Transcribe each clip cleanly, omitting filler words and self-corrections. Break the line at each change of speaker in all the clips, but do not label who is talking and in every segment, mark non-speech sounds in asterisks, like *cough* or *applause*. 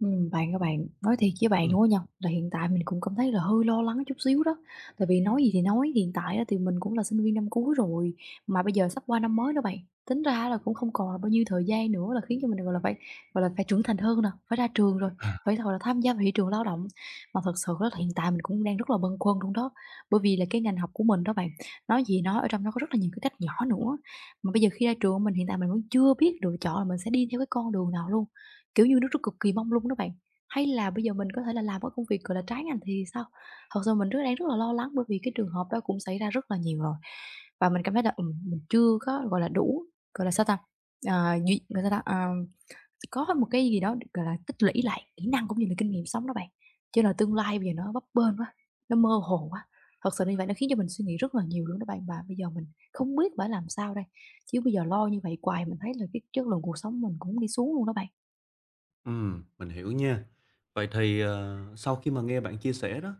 Bạn các bạn, nói thiệt với bạn
Ừm,
luôn á nha, là hiện tại mình cũng cảm thấy là hơi lo lắng chút xíu đó. Tại vì nói gì thì nói, hiện tại á thì mình cũng là sinh viên năm cuối rồi, mà bây giờ sắp qua năm mới đó bạn. Tính ra là cũng không còn là bao nhiêu thời gian nữa là khiến cho mình, gọi là, phải trưởng thành hơn nè, phải ra trường rồi,
à,
phải, gọi là, tham gia vào thị trường lao động. Mà thật sự á là hiện tại mình cũng đang rất là bâng khuâng luôn đó, bởi vì là cái ngành học của mình đó bạn, nói gì nói, ở trong nó có rất là nhiều cái cách nhỏ nữa. Mà bây giờ khi ra trường mình hiện tại mình vẫn chưa biết lựa chọn là mình sẽ đi theo cái con đường nào luôn. Kiểu như, nó rất cực kỳ mông lung đó bạn. Hay là bây giờ mình có thể là làm cái công việc, gọi là, trái ngành thì sao? Thật sự mình rất đang rất là lo lắng bởi vì cái trường hợp đó cũng xảy ra rất là nhiều rồi. Và mình cảm thấy là, mình chưa có, gọi là, đủ, gọi là, sao ta, duy gọi sao ta, có một cái gì đó, gọi là, tích lũy lại kỹ năng cũng như là kinh nghiệm sống đó bạn. Chứ là tương lai bây giờ nó bấp bênh quá, nó mơ hồ quá. Thật sự như vậy nó khiến cho mình suy nghĩ rất là nhiều luôn đó bạn, và bây giờ mình không biết phải làm sao đây. Chứ bây giờ lo như vậy hoài mình thấy là cái chất lượng cuộc sống mình cũng đi xuống luôn đó bạn.
mình hiểu nha. Vậy thì, sau khi mà nghe bạn chia sẻ đó,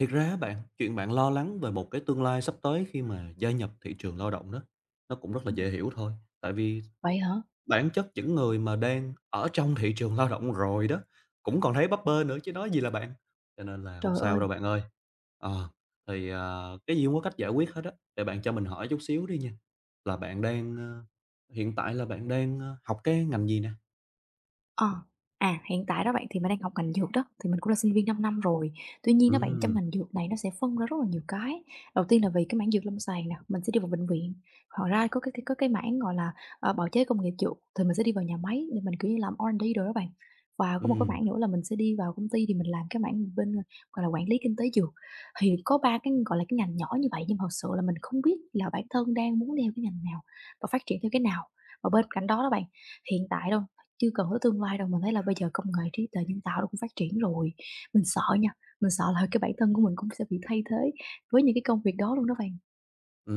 thiệt ra á bạn, chuyện bạn lo lắng về một cái tương lai sắp tới khi mà gia nhập thị trường lao động đó, nó cũng rất là dễ hiểu thôi. Tại vì
Vậy hả?
bản chất những người mà đang ở trong thị trường lao động rồi đó, cũng còn thấy bấp bênh nữa chứ nói gì là bạn, cho nên là không
Trời
sao
ơi.
đâu bạn ơi. Ờ, cái gì cũng có cách giải quyết hết á, để bạn cho mình hỏi chút xíu đi nha, là bạn đang, ơ hiện tại là bạn đang, học cái ngành gì nè?
Ờ, à, hiện tại đó bạn thì mình đang học ngành dược đó, thì mình cũng là sinh viên 5 năm rồi. Tuy nhiên đó bạn, trong
Ừm,
ngành dược này nó sẽ phân ra rất là nhiều cái. Đầu tiên là vì cái mảng dược lâm sàng nè, mình sẽ đi vào bệnh viện. Ngoài ra có có cái mảng gọi là bào chế công nghiệp dược thì mình sẽ đi vào nhà máy để mình kiểu như làm R&D rồi đó bạn. Và có một cái
ừm.
mảng nữa là mình sẽ đi vào công ty thì mình làm cái mảng bên gọi là quản lý kinh tế dược. Thì có ba cái gọi là cái ngành nhỏ như vậy nhưng mà thật sự là mình không biết là bản thân đang muốn theo cái ngành nào và phát triển theo cái nào. Và bên cạnh đó đó bạn, hiện tại đâu. Chứ còn tới tương lai đâu, mình thấy là bây giờ công nghệ trí tuệ nhân tạo nó cũng phát triển rồi. Mình sợ nha, mình sợ là cái bản thân của mình cũng sẽ bị thay thế với những cái công việc đó luôn đó bạn.
Ừ.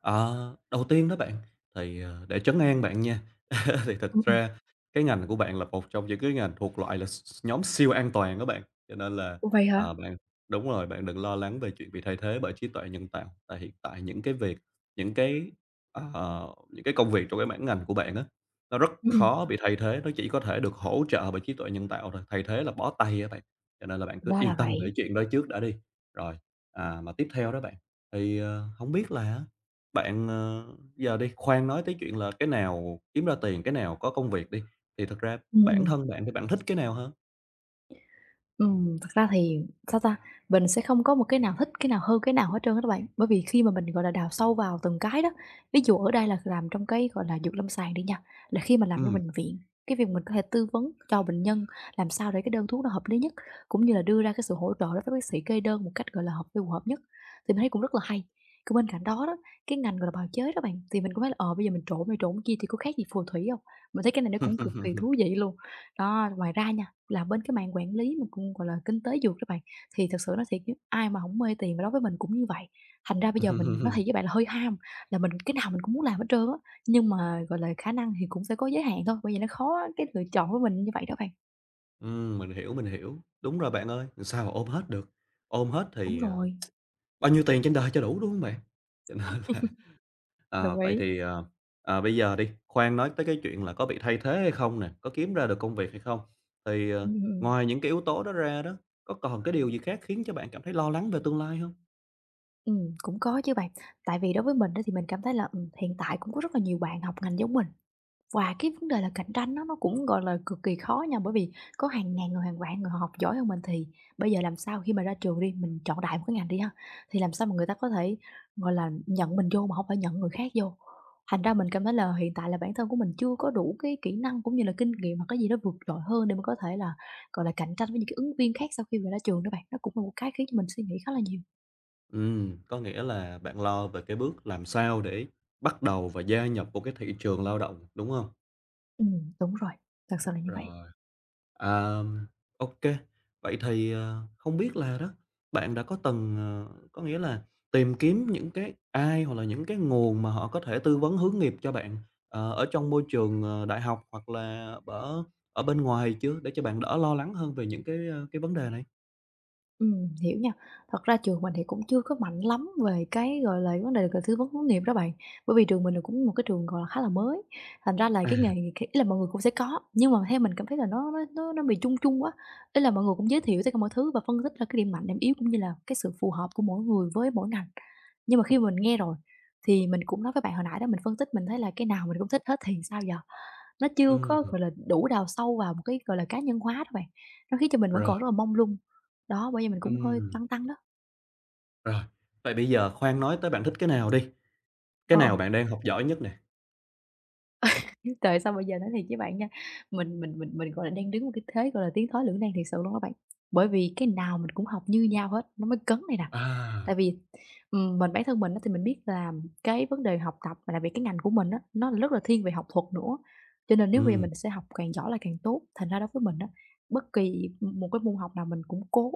Đầu tiên đó bạn, thì, để trấn an bạn nha, *laughs* thì thật
Ừm, ừm.
ra cái ngành của bạn là một trong những cái ngành thuộc loại là s nhóm siêu an toàn đó bạn, cho nên là,
Ủa, vậy hả?
ờ, bạn đúng rồi, bạn đừng lo lắng về chuyện bị thay thế bởi trí tuệ nhân tạo. Tại hiện tại những cái việc, những cái, ờ, những cái công việc trong cái mảng ngành của bạn á, nó rất
Ừm, ừm.
khó bị thay thế, nó chỉ có thể được hỗ trợ bởi trí tuệ nhân tạo thôi, thay thế là bó tay á bạn, cho nên là bạn cứ
Ra là
yên tâm về
vậy.
chuyện đó trước đã đi. Rồi, à, mà tiếp theo đó bạn, thì, hổng biết là bạn, ờ giờ đi, khoan nói tới chuyện là cái nào kiếm ra tiền, cái nào có công việc đi, thì thật ra
Ừm,
bản
ừm.
thân bạn thì bạn thích cái nào hơn?
Thật ra thì, sao ta, mình sẽ không có một cái nào thích cái nào hơn cái nào hết trơn á đó bạn. Bởi vì khi mà mình, gọi là, đào sâu vào từng cái đó, ví dụ ở đây là làm trong cái, gọi là, dược lâm sàng đi nha, là khi mà làm trong
Ừm.
bệnh viện, cái việc mình có thể tư vấn cho bệnh nhân làm sao để cái đơn thuốc nó hợp lý nhất, cũng như là đưa ra cái sự hỗ trợ đối với bác sĩ kê đơn một cách, gọi là, hợp phù hợp nhất, thì mình thấy cũng rất là hay. Còn bên cạnh đó đó, cái ngành, gọi là, bào chế đó bạn, thì mình cũng thấy là, bây giờ mình trộn này trộn kia thì có khác gì phù thủy không. Mình thấy cái này nó cũng cực kỳ thú
*laughs*
vị luôn. Đó, ngoài ra nha, là bên cái mảng quản lý mà cũng, gọi là, kinh tế dược các bạn, thì thật sự nói thiệt chứ ai mà không mê tiền và đối với mình cũng như vậy. Thành ra bây giờ mình nói thiệt với bạn là hơi ham, là mình cái nào mình cũng muốn làm hết trơn á, nhưng mà, gọi là, khả năng thì cũng sẽ có giới hạn thôi, bởi vì nó khó cái lựa chọn với mình như vậy đó bạn.
Mình hiểu, mình hiểu. Đúng rồi bạn ơi, làm sao mà ôm hết được, ôm hết
Đúng
thì,
rồi.
bao nhiêu tiền trên đời cho đủ, đúng không bạn? *laughs* Cho nên
*laughs*
là ờ,
Đồng
vậy
ý.
thì, ờ, ờ, bây giờ đi, khoan nói tới cái chuyện là có bị thay thế hay không nè, có kiếm ra được công việc hay không, thì,
Ừm, ừm.
ngoài những cái yếu tố đó ra đó, có còn cái điều gì khác khiến cho bạn cảm thấy lo lắng về tương lai không?
Cũng có chứ bạn. Tại vì đối với mình đó thì mình cảm thấy là, hiện tại cũng có rất là nhiều bạn học ngành giống mình, và cái vấn đề là cạnh tranh á, nó cũng, gọi là, cực kỳ khó nha, bởi vì có hàng ngàn người, hàng vạn người họ học giỏi hơn mình thì bây giờ làm sao khi mà ra trường đi, mình chọn đại một cái ngành đi ha, thì làm sao mà người ta có thể, gọi là, nhận mình vô mà không phải nhận người khác vô. Thành ra mình cảm thấy là hiện tại là bản thân của mình chưa có đủ cái kỹ năng cũng như là kinh nghiệm hoặc cái gì đó vượt trội hơn để mình có thể là, gọi là, cạnh tranh với những cái ứng viên khác sau khi mà ra trường đó bạn. Nó cũng là một cái khiến cho mình suy nghĩ khá là nhiều.
Có nghĩa là bạn lo về cái bước làm sao để bắt đầu và gia nhập vào cái thị trường lao động, đúng không?
Đúng rồi, thật sự là như vậy.
Rồi, à, ô Vậy thì, không biết là đó, bạn đã có từng, có nghĩa là tìm kiếm những cái ai hoặc là những cái nguồn mà họ có thể tư vấn hướng nghiệp cho bạn, ở trong môi trường, đại học hoặc là ở ở bên ngoài chưa, để cho bạn đỡ lo lắng hơn về những cái, cái vấn đề này?
Hiểu nha. Thật ra trường mình thì cũng chưa có mạnh lắm về cái, gọi là, vấn đề về tư vấn hướng nghiệp đó bạn, bởi vì trường mình là cũng một cái trường, gọi là, khá là mới, thành ra là
À,
cái nghề này k ý là mọi người cũng sẽ có, nhưng mà theo mình cảm thấy là nó bị chung chung quá, ý là mọi người cũng giới thiệu tất cả mọi thứ và phân tích ra cái điểm mạnh, điểm yếu cũng như là cái sự phù hợp của mỗi người với mỗi ngành. Nhưng mà khi mà mình nghe rồi thì mình cũng nói với bạn hồi nãy đó, mình phân tích mình thấy là cái nào mình cũng thích hết thì sao giờ? Nó chưa có,
ừm,
gọi là, đủ đào sâu vào một cái, gọi là, cá nhân hóa đó bạn, nó khiến cho mình vẫn
rồi,
còn rất là mông lung. Đó, bởi vì mình cũng hơi
ừm,
tăng tăng đó.
rồi. Vậy bây giờ khoan nói tới bạn thích cái nào đi. Cái
Ờ, ờ,
nào bạn đang học giỏi nhất nè?
*laughs* trời, sao bây giờ nói thiệt với bạn nha, mình, gọi là, đang đứng một cái thế, gọi là, tiến thoái lưỡng nan thiệt sự luôn á bạn. Bởi vì cái nào mình cũng học như nhau hết, nó mới cấn này nè. Tại
À,
vì, mình bản thân mình á thì mình biết là cái vấn đề học tập và đặc biệt cái ngành của mình á, nó rất là thiên về học thuật nữa, cho nên nếu bây giờ
ừm,
mình sẽ học càng giỏi là càng tốt. Thành ra đối với mình á, bất kỳ một cái môn học nào mình cũng cố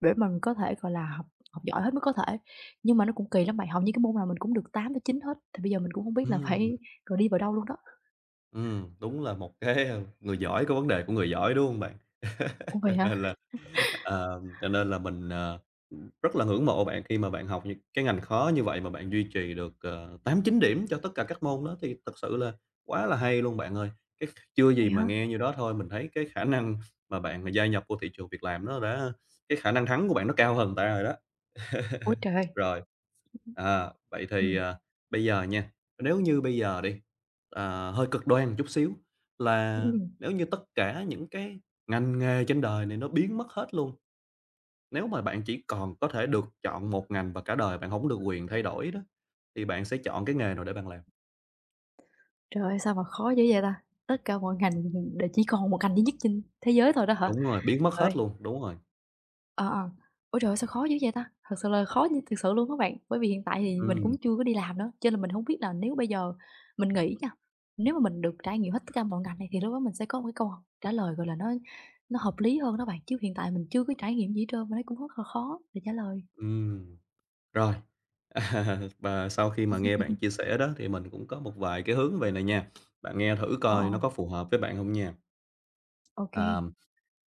để mình có thể, gọi là, học học giỏi hết mức có thể, nhưng mà nó cũng kỳ lắm bạn, hầu như cái môn nào mình cũng được tám tới chín hết, thì bây giờ mình cũng không biết là
ừm,
phải, rồi, đi vào đâu luôn đó.
đúng là một cái, người giỏi có vấn đề của người giỏi, đúng hông bạn?
Ủa,
*laughs* Cho
vậy
nên
hả?
là, cho nên là mình, rất là ngưỡng mộ bạn khi mà bạn học những cái ngành khó như vậy mà bạn duy trì được, 8, 9 điểm cho tất cả các môn đó thì thật sự là quá là hay luôn bạn ơi. Cái Chưa gì
Vậy
mà
hả?
nghe như đó thôi, mình thấy cái khả năng mà bạn gia nhập vô thị trường việc làm nó đã cái khả năng thắng của bạn nó cao hơn người ta rồi đó.
Ôi
*laughs*
trời!
Rồi. À, vậy thì,
Ừm,
bây giờ nha, nếu như bây giờ đi, hơi cực đoan chút xíu là
ừm.
nếu như tất cả những cái ngành nghề trên đời này nó biến mất hết luôn, nếu mà bạn chỉ còn có thể được chọn một ngành và cả đời bạn không được quyền thay đổi đó, thì bạn sẽ chọn cái nghề nào để bạn làm?
Trời ơi, sao mà khó dữ vậy ta? Tất cả mọi ngành, đều chỉ còn một ngành duy nhất trên thế giới thôi đó hả?
Đúng rồi, biến mất
Trời ơi!
hết luôn, đúng rồi.
Ờ, ờ. Ôi trời ơi, sao khó dữ vậy ta? Thật sự là khó như thực sự luôn các bạn, bởi vì hiện tại thì mình cũng
Ừm,
chưa có đi làm nữa, cho nên là mình hông biết là nếu bây giờ mình nghỉ nha, nếu mà mình được trải nghiệm hết tất cả mọi ngành này thì lúc đó mình sẽ có một cái câu trả lời, gọi là, nó hợp lý hơn đó bạn, chứ hiện tại mình chưa có trải nghiệm gì hết trơn mà thấy cũng rất là khó để trả lời.
ừm, rồi. *laughs* Và sau khi mà nghe bạn chia
*laughs*
sẻ đó thì mình cũng có một vài cái hướng về này nha, bạn nghe thử
Ờ,
coi
ờ.
nó có phù hợp với bạn không nha.
Ô kê,
À,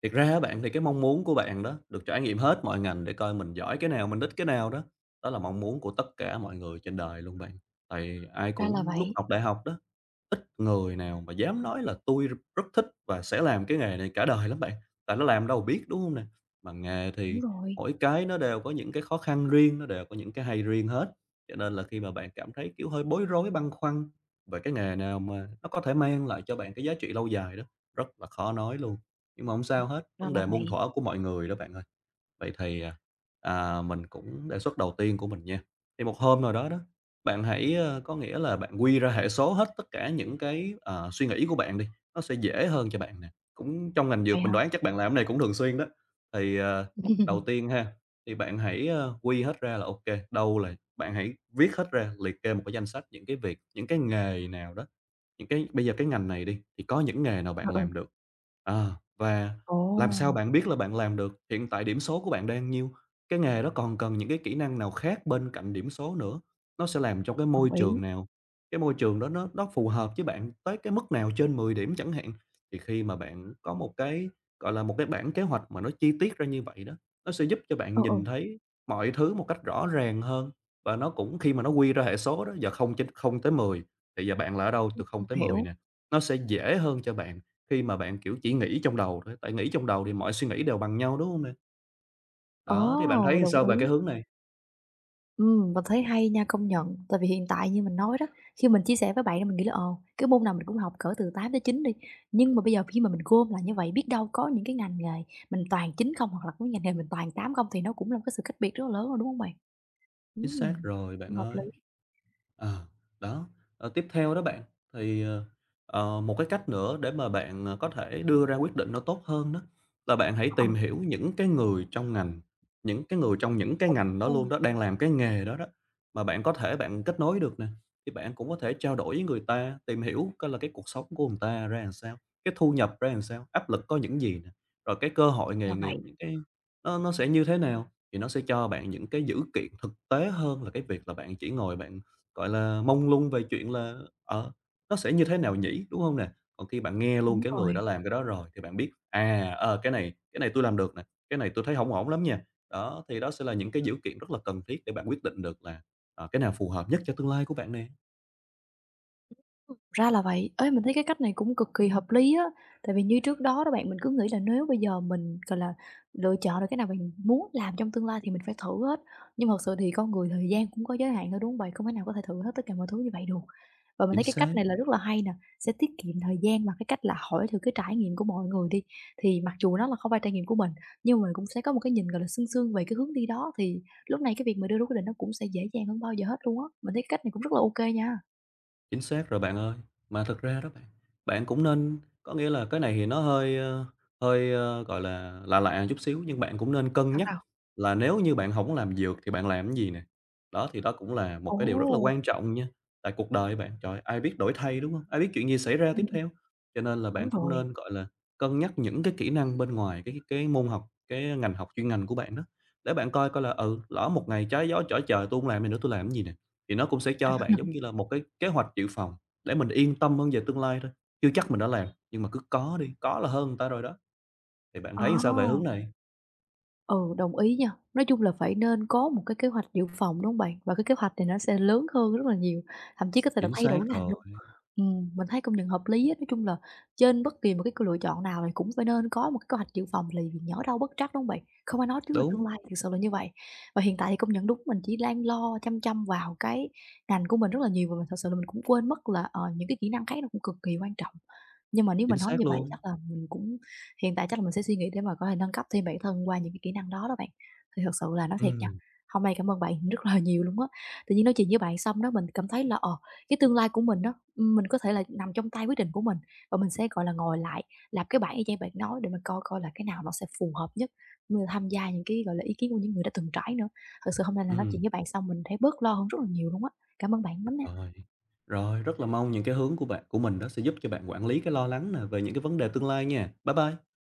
thiệt ra á bạn thì cái mong muốn của bạn đó, được trải nghiệm hết mọi ngành để coi mình giỏi cái nào, mình thích cái nào đó, đó là mong muốn của tất cả mọi người trên đời luôn bạn. Tại ai
ra là
cũng lúc
vậy.
học đại học đó, ít người nào mà dám nói là tôi rất thích và sẽ làm cái nghề này cả đời" lắm bạn, tại nó làm đâu biết, đúng không nè? Mà nghề
Đúng
thì
rồi.
mỗi cái nó đều có những cái khó khăn riêng, nó đều có những cái hay riêng hết, cho nên là khi mà bạn cảm thấy, kiểu, hơi bối rối, băn khoăn về cái nghề nào mà nó có thể mang lại cho bạn cái giá trị lâu dài đó, rất là khó nói luôn. Nhưng mà không
Ừm.
sao hết,
Ra
vấn
là
đề muôn
vậy.
thuở của mọi người đó bạn ơi. Vậy thì, mình cũng đề xuất đầu tiên của mình nha, thì một hôm nào đó đó, bạn hãy, có nghĩa là bạn quy ra hệ số hết tất cả những cái, suy nghĩ của bạn đi, nó sẽ dễ hơn cho bạn nè. Cũng trong ngành
Vậy
dược mình
hả?
đoán chắc bạn làm cái này cũng thường xuyên đó. Thì, đầu tiên
*laughs*
ha, thì bạn hãy, quy hết ra là ok đâu là bạn hãy viết hết ra, liệt kê một cái danh sách những cái việc, những cái nghề nào đó những cái bây giờ cái ngành này đi, thì có những nghề nào
Ừ,
bạn
ừ.
làm được? Ờ, và làm
Ồ,
sao bạn biết là bạn làm được? Hiện tại điểm số của bạn đang nhiêu? Cái nghề đó còn cần những cái kỹ năng nào khác bên cạnh điểm số nữa? Nó sẽ làm trong cái môi
đồng ý.
trường nào? Cái môi trường đó nó phù hợp với bạn tới cái mức nào trên 10 điểm chẳng hạn. Thì khi mà bạn có một cái, gọi là, một cái bản kế hoạch mà nó chi tiết ra như vậy đó, nó sẽ giúp cho bạn
Ừ,
nhìn
ừ,
thấy mọi thứ một cách rõ ràng hơn và nó cũng khi mà nó quy ra hệ số đó giờ không trên không tới 10 thì giờ bạn là ở đâu từ không tới 10
hiểu.
nè, nó sẽ dễ hơn cho bạn khi mà bạn, kiểu, chỉ nghĩ trong đầu thôi, tại nghĩ trong đầu thì mọi suy nghĩ đều bằng nhau, đúng không nè?
Ồ,
Đó, thì bạn thấy
đồng
sao về
ý.
cái hướng này?
Mình thấy hay nha, công nhận. Tại vì hiện tại như mình nói đó, khi mình chia sẻ với bạn thì mình nghĩ là, cái môn nào mình cũng học cỡ từ tám tới chín đi, nhưng mà bây giờ khi mà mình gom là như vậy, biết đâu có những cái ngành nghề mình toàn 9 không, hoặc là có ngành nghề mình toàn 8 không, thì nó cũng là một cái sự cách biệt rất là lớn rồi, đúng không bạn?
Chính xác
Ừm,
rồi,
cũng
bạn
hợp
ơi.
lý.
Ờ, đó, tiếp theo đó bạn, thì, một cái cách nữa để mà bạn, có thể đưa ra quyết định nó tốt hơn đó là bạn hãy
Ờ,
tìm hiểu những cái người trong ngành, những cái người trong những cái ngành đó
ờ, ra
luôn đó, đang làm cái nghề đó đó, mà bạn có thể kết nối được nè, thì bạn cũng có thể trao đổi với người ta, tìm hiểu coi là cái cuộc sống của người ta ra làm sao, cái thu nhập ra làm sao, áp lực có những gì nè, rồi cái cơ hội nghề
là
nghiệp
vậy,
những cái nó sẽ như thế nào, thì nó sẽ cho bạn những cái dữ kiện thực tế hơn là cái việc là bạn chỉ ngồi bạn gọi là, mông lung về chuyện là, ờ, nó sẽ như thế nào nhỉ, đúng không nè? Còn khi bạn nghe luôn
đúng
cái người
rồi.
đã làm cái đó rồi thì bạn biết, à, cái này tôi làm được nè, cái này tôi thấy hổng ổn lắm nha. Đó, thì đó sẽ là những cái dữ kiện rất là cần thiết để bạn quyết định được là, cái nào phù hợp nhất cho tương lai của bạn nè.
Ra là vậy. Ấy mình thấy cái cách này cũng cực kỳ hợp lý á, tại vì như trước đó đó bạn, mình cứ nghĩ là nếu bây giờ mình, gọi là, lựa chọn được cái nào mình muốn làm trong tương lai thì mình phải thử hết, nhưng mà thật sự thì con người thời gian cũng có giới hạn thôi, đúng hông bạn? Không thể nào có thể thử hết tất cả mọi thứ như vậy được. Và mình
Chính
thấy cái
xác.
cách này là rất là hay nè, sẽ tiết kiệm thời gian bằng cái cách là hỏi thử cái trải nghiệm của mọi người đi, thì mặc dù nó là không phải trải nghiệm của mình, nhưng mà mình cũng sẽ có một cái nhìn, gọi là, sương sương về cái hướng đi đó, thì lúc này cái việc mà đưa ra quyết định nó cũng sẽ dễ dàng hơn bao giờ hết luôn á. Mình thấy cái cách này cũng rất là ok nha.
Chính xác rồi bạn ơi. Mà thực ra đó bạn, bạn cũng nên có nghĩa là cái này thì nó hơi, gọi là, lạ lạ chút xíu, nhưng bạn cũng nên cân
Sao,
nhắc
sao?
là nếu như bạn không làm dược thì bạn làm cái gì nè. Đó, thì đó cũng là một cái điều rất là
Ồ!
quan trọng nha, tại cuộc đời bạn, trời ai biết đổi thay, đúng không? Ai biết chuyện gì xảy ra
Ừm,
tiếp
ừm,
theo. Cho nên là bạn
đúng
cũng
rồi.
nên, gọi là, cân nhắc những cái kỹ năng bên ngoài cái môn học, cái ngành học chuyên ngành của bạn đó, để bạn coi coi là, ừ, lỡ một ngày trái gió trở trời tôi hông làm này nữa, tôi làm cái gì nè. Thì nó cũng sẽ cho bạn giống như là một cái kế hoạch dự phòng để mình yên tâm hơn về tương lai thôi. Chưa chắc mình đã làm, nhưng mà cứ có đi, có là hơn người ta rồi đó. Thì bạn
Ờ,
thấy sao về hướng này?
ừ, đồng ý nha. Nói chung là phải nên có một cái kế hoạch dự phòng, đúng hông bạn? Và cái kế hoạch này nó sẽ lớn hơn rất là nhiều, thậm chí có thể là
Chính
thay
xác
đổi ngành
rồi,
luôn. Mình thấy công nhận hợp lý á. Nói chung là trên bất kỳ một cái lựa chọn nào thì cũng phải nên có một cái kế hoạch dự phòng, là vì nhỡ đâu bất trắc, đúng hông bạn? Không ai nói trước được tương
đúng,
lai, thực sự là như vậy. Và hiện tại thì công nhận đúng, mình chỉ đang lo chăm chăm vào cái ngành của mình rất là nhiều, và mình thật sự là mình cũng quên mất là, những cái kỹ năng khác nó cũng cực kỳ quan trọng. Nhưng mà nếu mà
chính
nói
xác
như vậy
luôn.
chắc là mình cũng. Hiện tại chắc là mình sẽ suy nghĩ để mà có thể nâng cấp thêm bản thân qua những cái kỹ năng đó đó bạn. Thì thật sự là nói thiệt nha,
Ừm,
hôm nay cảm ơn bạn rất là *laughs* nhiều luôn á. Tự nhiên nói chuyện với bạn xong đó mình cảm thấy là, cái tương lai của mình đó mình có thể là nằm trong tay quyết định của mình và mình sẽ, gọi là, ngồi lại làm cái bảng y chang bạn nói để mình coi coi là cái nào nó sẽ phù hợp nhất, cũng tham gia những cái, gọi là, ý kiến của những người đã từng trải nữa. Thật sự hôm nay là nói chuyện
ừm,
với bạn xong mình thấy bớt lo hơn rất là nhiều luôn á. Cảm ơn bạn lắm nè.
rồi. Rồi, rất là mong những cái hướng của bạn của mình đó sẽ giúp cho bạn quản lý cái lo lắng nè về những cái vấn đề tương lai nha. Bye bye.